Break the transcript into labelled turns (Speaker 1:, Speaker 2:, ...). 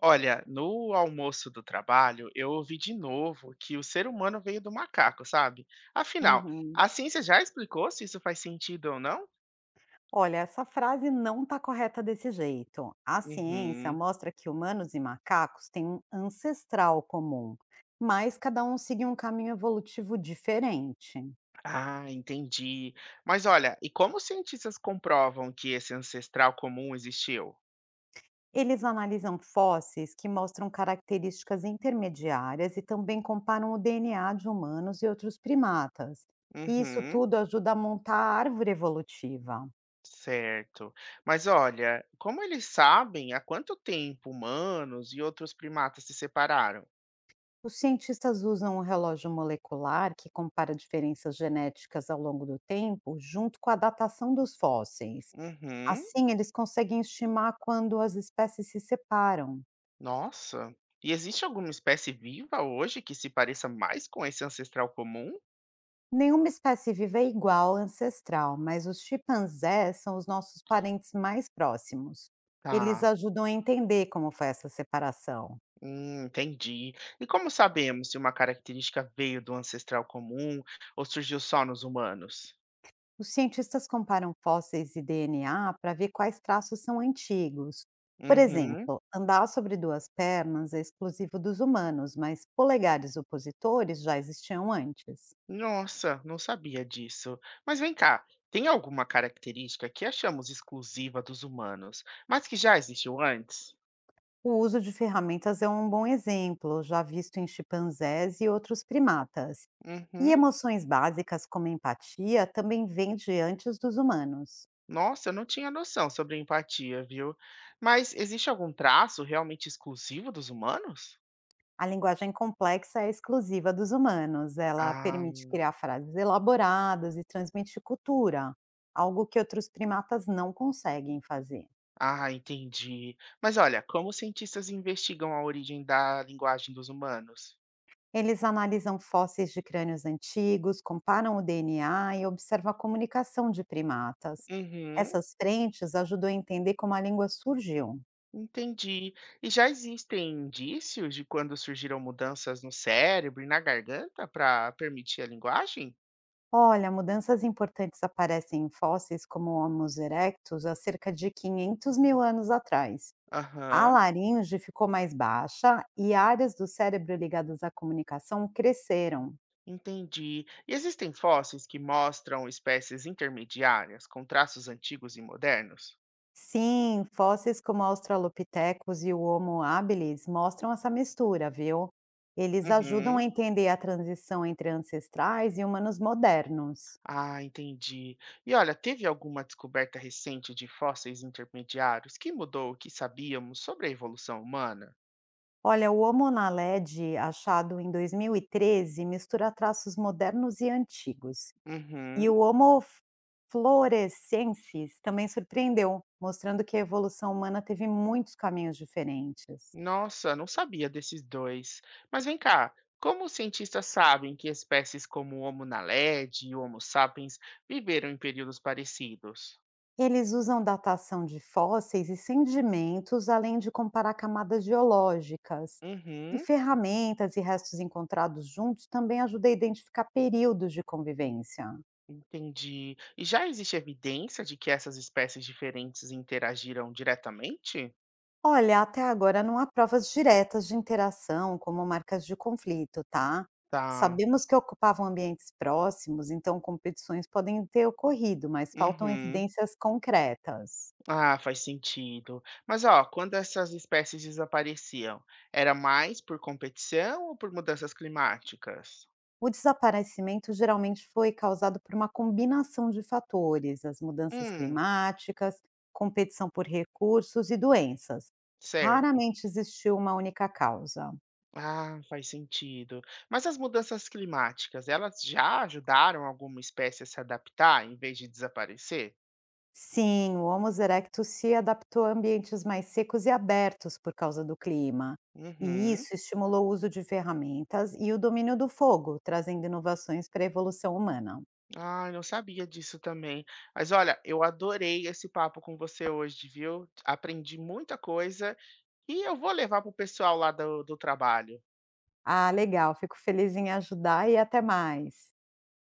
Speaker 1: Olha, no almoço do trabalho, eu ouvi de novo que o ser humano veio do macaco, sabe? Afinal,
Speaker 2: Uhum.
Speaker 1: a ciência já explicou se isso faz sentido ou não?
Speaker 2: Olha, essa frase não está correta desse jeito. A ciência
Speaker 1: Uhum.
Speaker 2: mostra que humanos e macacos têm um ancestral comum, mas cada um segue um caminho evolutivo diferente.
Speaker 1: Ah, entendi. Mas olha, e como os cientistas comprovam que esse ancestral comum existiu?
Speaker 2: Eles analisam fósseis que mostram características intermediárias e também comparam o DNA de humanos e outros primatas. E isso
Speaker 1: Uhum.
Speaker 2: tudo ajuda a montar a árvore evolutiva.
Speaker 1: Certo. Mas olha, como eles sabem há quanto tempo humanos e outros primatas se separaram?
Speaker 2: Os cientistas usam um relógio molecular que compara diferenças genéticas ao longo do tempo, junto com a datação dos fósseis.
Speaker 1: Uhum.
Speaker 2: Assim, eles conseguem estimar quando as espécies se separam.
Speaker 1: Nossa. E existe alguma espécie viva hoje que se pareça mais com esse ancestral comum?
Speaker 2: Nenhuma espécie viva é igual à ancestral, mas os chimpanzés são os nossos parentes mais próximos. Eles
Speaker 1: Tá.
Speaker 2: ajudam a entender como foi essa separação.
Speaker 1: Entendi. E como sabemos se uma característica veio do ancestral comum ou surgiu só nos humanos?
Speaker 2: Os cientistas comparam fósseis e DNA para ver quais traços são antigos. Por
Speaker 1: Uhum.
Speaker 2: exemplo, andar sobre duas pernas é exclusivo dos humanos, mas polegares opositores já existiam antes.
Speaker 1: Nossa, não sabia disso. Mas vem cá, tem alguma característica que achamos exclusiva dos humanos, mas que já existiu antes?
Speaker 2: O uso de ferramentas é um bom exemplo, já visto em chimpanzés e outros primatas. E
Speaker 1: Uhum.
Speaker 2: emoções básicas como empatia também vêm de antes dos humanos.
Speaker 1: Nossa, eu não tinha noção sobre empatia, viu? Mas existe algum traço realmente exclusivo dos humanos?
Speaker 2: A linguagem complexa é exclusiva dos humanos. Ela
Speaker 1: Ah,
Speaker 2: permite criar frases elaboradas e transmite cultura, algo que outros primatas não conseguem fazer.
Speaker 1: ah, entendi. Mas olha, como os cientistas investigam a origem da linguagem dos humanos?
Speaker 2: Eles analisam fósseis de crânios antigos, comparam o DNA e observam a comunicação de primatas.
Speaker 1: Uhum,
Speaker 2: Essas frentes ajudam a entender como a língua surgiu.
Speaker 1: entendi. E já existem indícios de quando surgiram mudanças no cérebro e na garganta para permitir a linguagem?
Speaker 2: Olha, mudanças importantes aparecem em fósseis como o Homo erectus há cerca de 500 mil anos atrás. A
Speaker 1: Aham,
Speaker 2: laringe ficou mais baixa e áreas do cérebro ligadas à comunicação cresceram.
Speaker 1: entendi. E existem fósseis que mostram espécies intermediárias com traços antigos e modernos?
Speaker 2: Sim, fósseis como Australopithecus e o Homo habilis mostram essa mistura, viu? Eles ajudam a
Speaker 1: Uhum.
Speaker 2: entender a transição entre ancestrais e humanos modernos.
Speaker 1: Ah, entendi. E olha, teve alguma descoberta recente de fósseis intermediários que mudou o que sabíamos sobre a evolução humana?
Speaker 2: Olha, o Homo naledi, achado em 2013, mistura traços modernos e antigos. E
Speaker 1: Uhum.
Speaker 2: o Homo floresiensis também surpreendeu, mostrando que a evolução humana teve muitos caminhos diferentes.
Speaker 1: Nossa, não sabia desses dois. Mas vem cá, como os cientistas sabem que espécies como o Homo naledi e o Homo sapiens viveram em períodos parecidos?
Speaker 2: Eles usam datação de fósseis e sedimentos, além de comparar camadas geológicas. E
Speaker 1: Uhum,
Speaker 2: ferramentas e restos encontrados juntos também ajudam a identificar períodos de convivência.
Speaker 1: entendi. E já existe evidência de que essas espécies diferentes interagiram diretamente?
Speaker 2: Olha, até agora não há provas diretas de interação, como marcas de conflito, tá?
Speaker 1: Tá.
Speaker 2: Sabemos que ocupavam ambientes próximos, então competições podem ter ocorrido, mas faltam
Speaker 1: Uhum.
Speaker 2: evidências concretas.
Speaker 1: Ah, faz sentido. Mas ó, quando essas espécies desapareciam, era mais por competição ou por mudanças climáticas?
Speaker 2: O desaparecimento geralmente foi causado por uma combinação de fatores, as mudanças
Speaker 1: Hum,
Speaker 2: climáticas, competição por recursos e doenças.
Speaker 1: certo.
Speaker 2: Raramente existiu uma única causa.
Speaker 1: Ah, faz sentido. Mas as mudanças climáticas, elas já ajudaram alguma espécie a se adaptar em vez de desaparecer?
Speaker 2: Sim, o Homo erectus se adaptou a ambientes mais secos e abertos por causa do clima. E
Speaker 1: Uhum.
Speaker 2: isso estimulou o uso de ferramentas e o domínio do fogo, trazendo inovações para a evolução humana.
Speaker 1: Ah, eu não sabia disso também. Mas olha, eu adorei esse papo com você hoje, viu? Aprendi muita coisa e eu vou levar pro pessoal lá do trabalho.
Speaker 2: Ah, legal, fico feliz em ajudar e até mais.